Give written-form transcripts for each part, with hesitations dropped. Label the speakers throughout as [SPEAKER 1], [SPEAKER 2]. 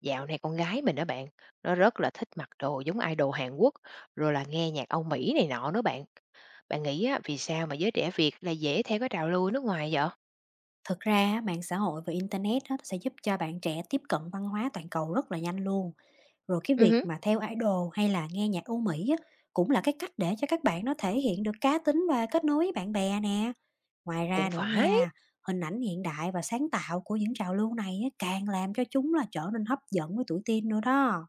[SPEAKER 1] Dạo này con gái mình đó bạn, nó rất là thích mặc đồ giống idol Hàn Quốc, rồi là nghe nhạc Âu Mỹ này nọ nữa bạn. Bạn nghĩ á, vì sao mà giới trẻ Việt là dễ theo cái trào lưu nước ngoài vậy?
[SPEAKER 2] Thực ra á, mạng xã hội và internet á, sẽ giúp cho bạn trẻ tiếp cận văn hóa toàn cầu rất là nhanh luôn. Rồi cái
[SPEAKER 1] Ừ,
[SPEAKER 2] việc
[SPEAKER 1] hứ,
[SPEAKER 2] mà theo idol hay là nghe nhạc Âu Mỹ á, cũng là cái cách để cho các bạn nó thể hiện được cá tính và kết nối với bạn bè nè. Ngoài
[SPEAKER 1] cũng
[SPEAKER 2] ra nữa
[SPEAKER 1] phải,
[SPEAKER 2] nha, hình ảnh hiện đại và sáng tạo của những trào lưu này á, càng làm cho chúng là trở nên hấp dẫn với tuổi teen nữa đó.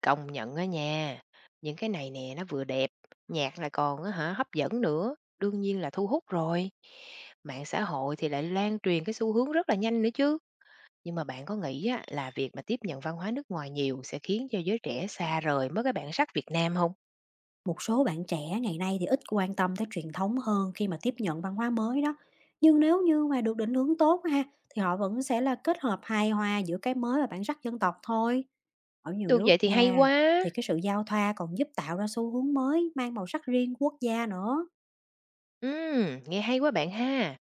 [SPEAKER 1] công nhận á nha. Những cái này nè nó vừa đẹp, nhạc lại còn á hả hấp dẫn nữa, đương nhiên là thu hút rồi. Mạng xã hội thì lại lan truyền cái xu hướng rất là nhanh nữa chứ. Nhưng mà bạn có nghĩ á, là việc mà tiếp nhận văn hóa nước ngoài nhiều sẽ khiến cho giới trẻ xa rời mất cái bản sắc Việt Nam không?
[SPEAKER 2] Một số bạn trẻ ngày nay thì ít quan tâm tới truyền thống hơn khi mà tiếp nhận văn hóa mới đó. Nhưng nếu như mà được định hướng tốt ha, thì họ vẫn sẽ là kết hợp hài hòa giữa cái mới và bản sắc dân tộc thôi. Ở nhiều
[SPEAKER 1] Được
[SPEAKER 2] nước
[SPEAKER 1] vậy thì hay
[SPEAKER 2] nha,
[SPEAKER 1] quá.
[SPEAKER 2] thì cái sự giao thoa còn giúp tạo ra xu hướng mới mang màu sắc riêng của quốc gia nữa.
[SPEAKER 1] Nghe hay quá bạn ha.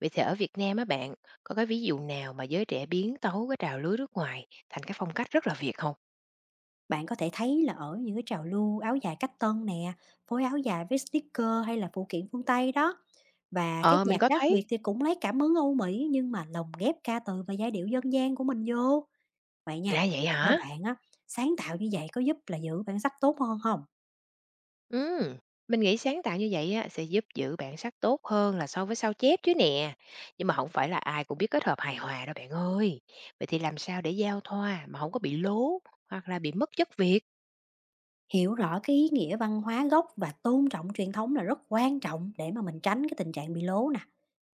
[SPEAKER 1] Vậy thì ở Việt Nam á bạn, có cái ví dụ nào mà giới trẻ biến tấu cái trào lưu nước ngoài thành cái phong cách rất là Việt không?
[SPEAKER 2] Bạn có thể thấy là ở những cái trào lưu áo dài cách tân nè, phối áo dài với sticker hay là phụ kiện phương Tây đó. Và cái
[SPEAKER 1] Ờ, mình
[SPEAKER 2] nhạc
[SPEAKER 1] có
[SPEAKER 2] rap
[SPEAKER 1] thấy.
[SPEAKER 2] Việt thì cũng lấy cảm hứng Âu Mỹ nhưng mà lồng ghép ca từ và giai điệu dân gian của mình vô. Vậy nha,
[SPEAKER 1] Ra vậy
[SPEAKER 2] theo
[SPEAKER 1] hả?
[SPEAKER 2] bạn á, sáng tạo như vậy có giúp là giữ bản sắc tốt hơn không?
[SPEAKER 1] Ừm, mình nghĩ sáng tạo như vậy á sẽ giúp giữ bản sắc tốt hơn là so với sao chép chứ nè. Nhưng mà không phải là ai cũng biết kết hợp hài hòa đâu bạn ơi. Vậy thì làm sao để giao thoa mà không có bị lố hoặc là bị mất chất Việt?
[SPEAKER 2] Hiểu rõ cái ý nghĩa văn hóa gốc và tôn trọng truyền thống là rất quan trọng để mà mình tránh cái tình trạng bị lố nè.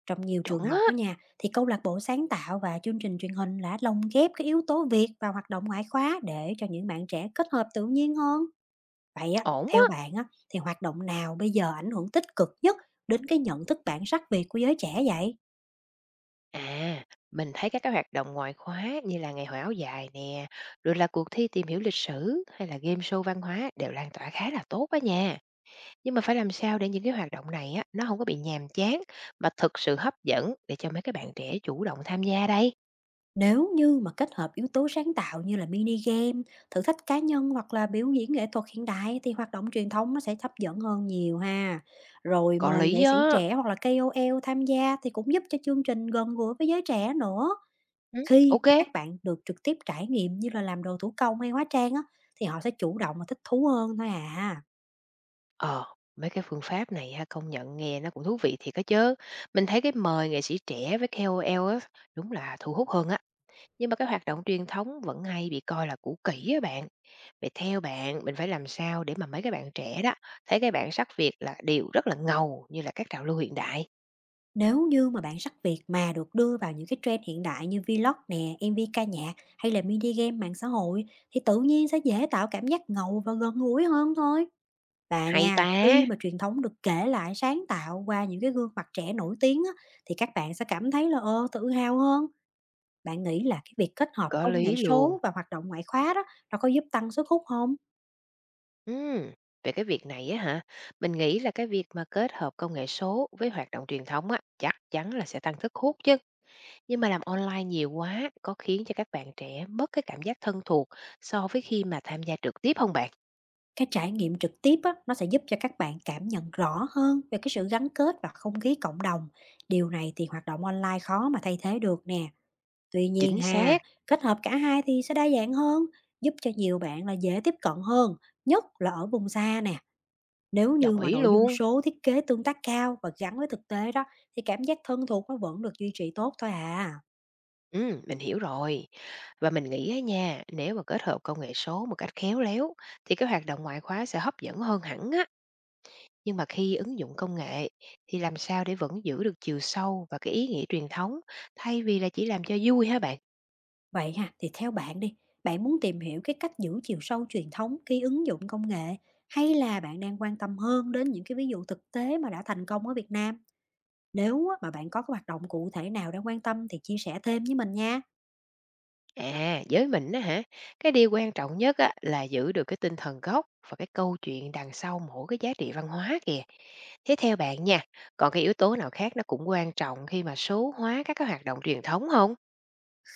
[SPEAKER 2] Trong nhiều trường
[SPEAKER 1] Chuẩn
[SPEAKER 2] học
[SPEAKER 1] á,
[SPEAKER 2] á nha, thì câu lạc bộ sáng tạo và chương trình truyền hình đã lồng ghép cái yếu tố Việt vào hoạt động ngoại khóa để cho những bạn trẻ kết hợp tự nhiên hơn. Vậy á,
[SPEAKER 1] ổn á.
[SPEAKER 2] theo bạn á, thì hoạt động nào bây giờ ảnh hưởng tích cực nhất đến cái nhận thức bản sắc Việt của giới trẻ vậy?
[SPEAKER 1] À, mình thấy các cái hoạt động ngoại khóa như là ngày hội áo dài nè, rồi là cuộc thi tìm hiểu lịch sử hay là game show văn hóa đều lan tỏa khá là tốt đó nha. Nhưng mà phải làm sao để những cái hoạt động này á, nó không có bị nhàm chán mà thực sự hấp dẫn để cho mấy cái bạn trẻ chủ động tham gia đây.
[SPEAKER 2] Nếu như mà kết hợp yếu tố sáng tạo như là mini game, thử thách cá nhân hoặc là biểu diễn nghệ thuật hiện đại, thì hoạt động truyền thống nó sẽ hấp dẫn hơn nhiều ha. Rồi
[SPEAKER 1] Có
[SPEAKER 2] mời nghệ
[SPEAKER 1] lý
[SPEAKER 2] sĩ
[SPEAKER 1] đó.
[SPEAKER 2] trẻ hoặc là KOL tham gia thì cũng giúp cho chương trình gần gũi với giới trẻ nữa.
[SPEAKER 1] Ừ,
[SPEAKER 2] Khi
[SPEAKER 1] ok.
[SPEAKER 2] mà các bạn được trực tiếp trải nghiệm như là làm đồ thủ công hay hóa trang á, thì họ sẽ chủ động và thích thú hơn thôi à.
[SPEAKER 1] Ờ, mấy cái phương pháp này ha, công nhận nghe nó cũng thú vị thiệt á chứ. Mình thấy cái mời nghệ sĩ trẻ với KOL á, đúng là thu hút hơn á. Nhưng mà cái hoạt động truyền thống vẫn hay bị coi là cũ kỹ á bạn. Vậy theo bạn, mình phải làm sao để mà mấy cái bạn trẻ đó thấy cái bản sắc Việt là điều rất là ngầu như là các trào lưu hiện đại?
[SPEAKER 2] Nếu như mà bản sắc Việt mà được đưa vào những cái trend hiện đại như Vlog nè, MV ca nhạc hay là mini game mạng xã hội, thì tự nhiên sẽ dễ tạo cảm giác ngầu và gần gũi hơn thôi. Và
[SPEAKER 1] Hay
[SPEAKER 2] nha, khi
[SPEAKER 1] ta!
[SPEAKER 2] mà truyền thống được kể lại sáng tạo qua những cái gương mặt trẻ nổi tiếng á, thì các bạn sẽ cảm thấy là ờ, tự hào hơn. Bạn nghĩ là cái việc kết hợp
[SPEAKER 1] Có
[SPEAKER 2] công nghệ
[SPEAKER 1] lý luôn.
[SPEAKER 2] số và hoạt động ngoại khóa đó, nó có giúp tăng sức hút không?
[SPEAKER 1] Ừm, về cái việc này á hả, mình nghĩ là cái việc mà kết hợp công nghệ số với hoạt động truyền thống á, chắc chắn là sẽ tăng sức hút chứ. Nhưng mà làm online nhiều quá, có khiến cho các bạn trẻ mất cái cảm giác thân thuộc so với khi mà tham gia trực tiếp không bạn?
[SPEAKER 2] Cái trải nghiệm trực tiếp á, nó sẽ giúp cho các bạn cảm nhận rõ hơn về cái sự gắn kết và không khí cộng đồng. Điều này thì hoạt động online khó mà thay thế được nè. Tuy nhiên
[SPEAKER 1] Chính
[SPEAKER 2] ha,
[SPEAKER 1] xác,
[SPEAKER 2] kết hợp cả hai thì sẽ đa dạng hơn, giúp cho nhiều bạn là dễ tiếp cận hơn, nhất là ở vùng xa nè. Nếu như
[SPEAKER 1] đồng
[SPEAKER 2] mà
[SPEAKER 1] ý
[SPEAKER 2] nội dung
[SPEAKER 1] luôn.
[SPEAKER 2] số thiết kế tương tác cao và gắn với thực tế đó, thì cảm giác thân thuộc nó vẫn được duy trì tốt thôi à.
[SPEAKER 1] Mình hiểu rồi. Và mình nghĩ á nha, nếu mà kết hợp công nghệ số một cách khéo léo thì cái hoạt động ngoại khóa sẽ hấp dẫn hơn hẳn á. Nhưng mà khi ứng dụng công nghệ thì làm sao để vẫn giữ được chiều sâu và cái ý nghĩa truyền thống thay vì là chỉ làm cho vui hả bạn?
[SPEAKER 2] Vậy ha, thì theo bạn đi, bạn muốn tìm hiểu cái cách giữ chiều sâu truyền thống khi ứng dụng công nghệ, hay là bạn đang quan tâm hơn đến những cái ví dụ thực tế mà đã thành công ở Việt Nam? Nếu á, mà bạn có cái hoạt động cụ thể nào đang quan tâm thì chia sẻ thêm với mình nha.
[SPEAKER 1] À, với mình á hả, cái điều quan trọng nhất á là giữ được cái tinh thần gốc và cái câu chuyện đằng sau mỗi cái giá trị văn hóa kìa. Thế theo bạn nha, còn cái yếu tố nào khác nó cũng quan trọng khi mà số hóa các cái hoạt động truyền thống không?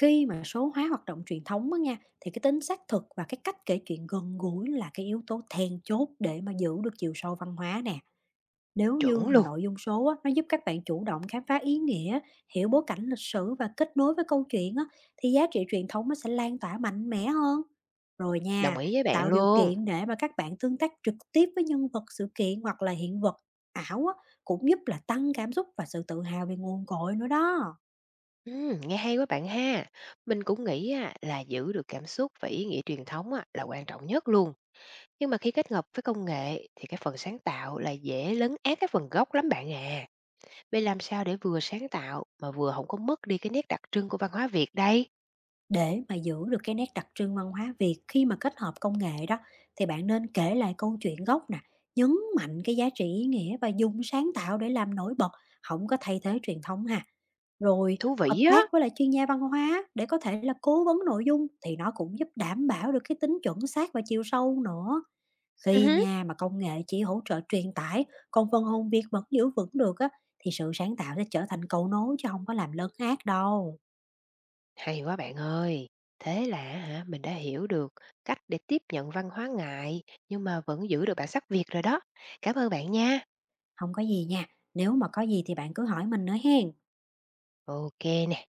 [SPEAKER 2] Khi mà số hóa hoạt động truyền thống á nha, thì cái tính xác thực và cái cách kể chuyện gần gũi là cái yếu tố then chốt để mà giữ được chiều sâu văn hóa nè. Nếu như
[SPEAKER 1] Chuẩn
[SPEAKER 2] mà
[SPEAKER 1] luôn.
[SPEAKER 2] nội dung số á, nó giúp các bạn chủ động khám phá ý nghĩa, hiểu bối cảnh lịch sử và kết nối với câu chuyện á, thì giá trị truyền thống nó sẽ lan tỏa mạnh mẽ hơn. Rồi
[SPEAKER 1] Đồng
[SPEAKER 2] nha,
[SPEAKER 1] ý với bạn
[SPEAKER 2] tạo điều
[SPEAKER 1] luôn.
[SPEAKER 2] kiện để mà các bạn tương tác trực tiếp với nhân vật, sự kiện hoặc là hiện vật ảo á, cũng giúp là tăng cảm xúc và sự tự hào về nguồn cội nữa đó.
[SPEAKER 1] Nghe hay quá bạn ha. Mình cũng nghĩ á, là giữ được cảm xúc và ý nghĩa truyền thống á, là quan trọng nhất luôn. Nhưng mà khi kết hợp với công nghệ thì cái phần sáng tạo là dễ lấn át cái phần gốc lắm bạn à. Vậy làm sao để vừa sáng tạo mà vừa không có mất đi cái nét đặc trưng của văn hóa Việt đây?
[SPEAKER 2] Để mà giữ được cái nét đặc trưng văn hóa Việt khi mà kết hợp công nghệ đó, thì bạn nên kể lại câu chuyện gốc nè, nhấn mạnh cái giá trị ý nghĩa và dùng sáng tạo để làm nổi bật, không có thay thế truyền thống ha. Rồi
[SPEAKER 1] Thú
[SPEAKER 2] hợp
[SPEAKER 1] vị á.
[SPEAKER 2] tác với lại chuyên gia văn hóa để có thể là cố vấn nội dung thì nó cũng giúp đảm bảo được cái tính chuẩn xác và chiều sâu nữa.
[SPEAKER 1] Ừ
[SPEAKER 2] Khi
[SPEAKER 1] hứ.
[SPEAKER 2] nhà mà công nghệ chỉ hỗ trợ truyền tải, còn phần hồn Việt vẫn giữ vững được á, thì sự sáng tạo sẽ trở thành cầu nối chứ không có làm lấn át đâu.
[SPEAKER 1] Hay quá bạn ơi. Thế là hả, mình đã hiểu được cách để tiếp nhận văn hóa ngại nhưng mà vẫn giữ được bản sắc Việt rồi đó. Cảm ơn bạn nha.
[SPEAKER 2] Không có gì nha, nếu mà có gì thì bạn cứ hỏi mình nữa hen.
[SPEAKER 1] Ok nè.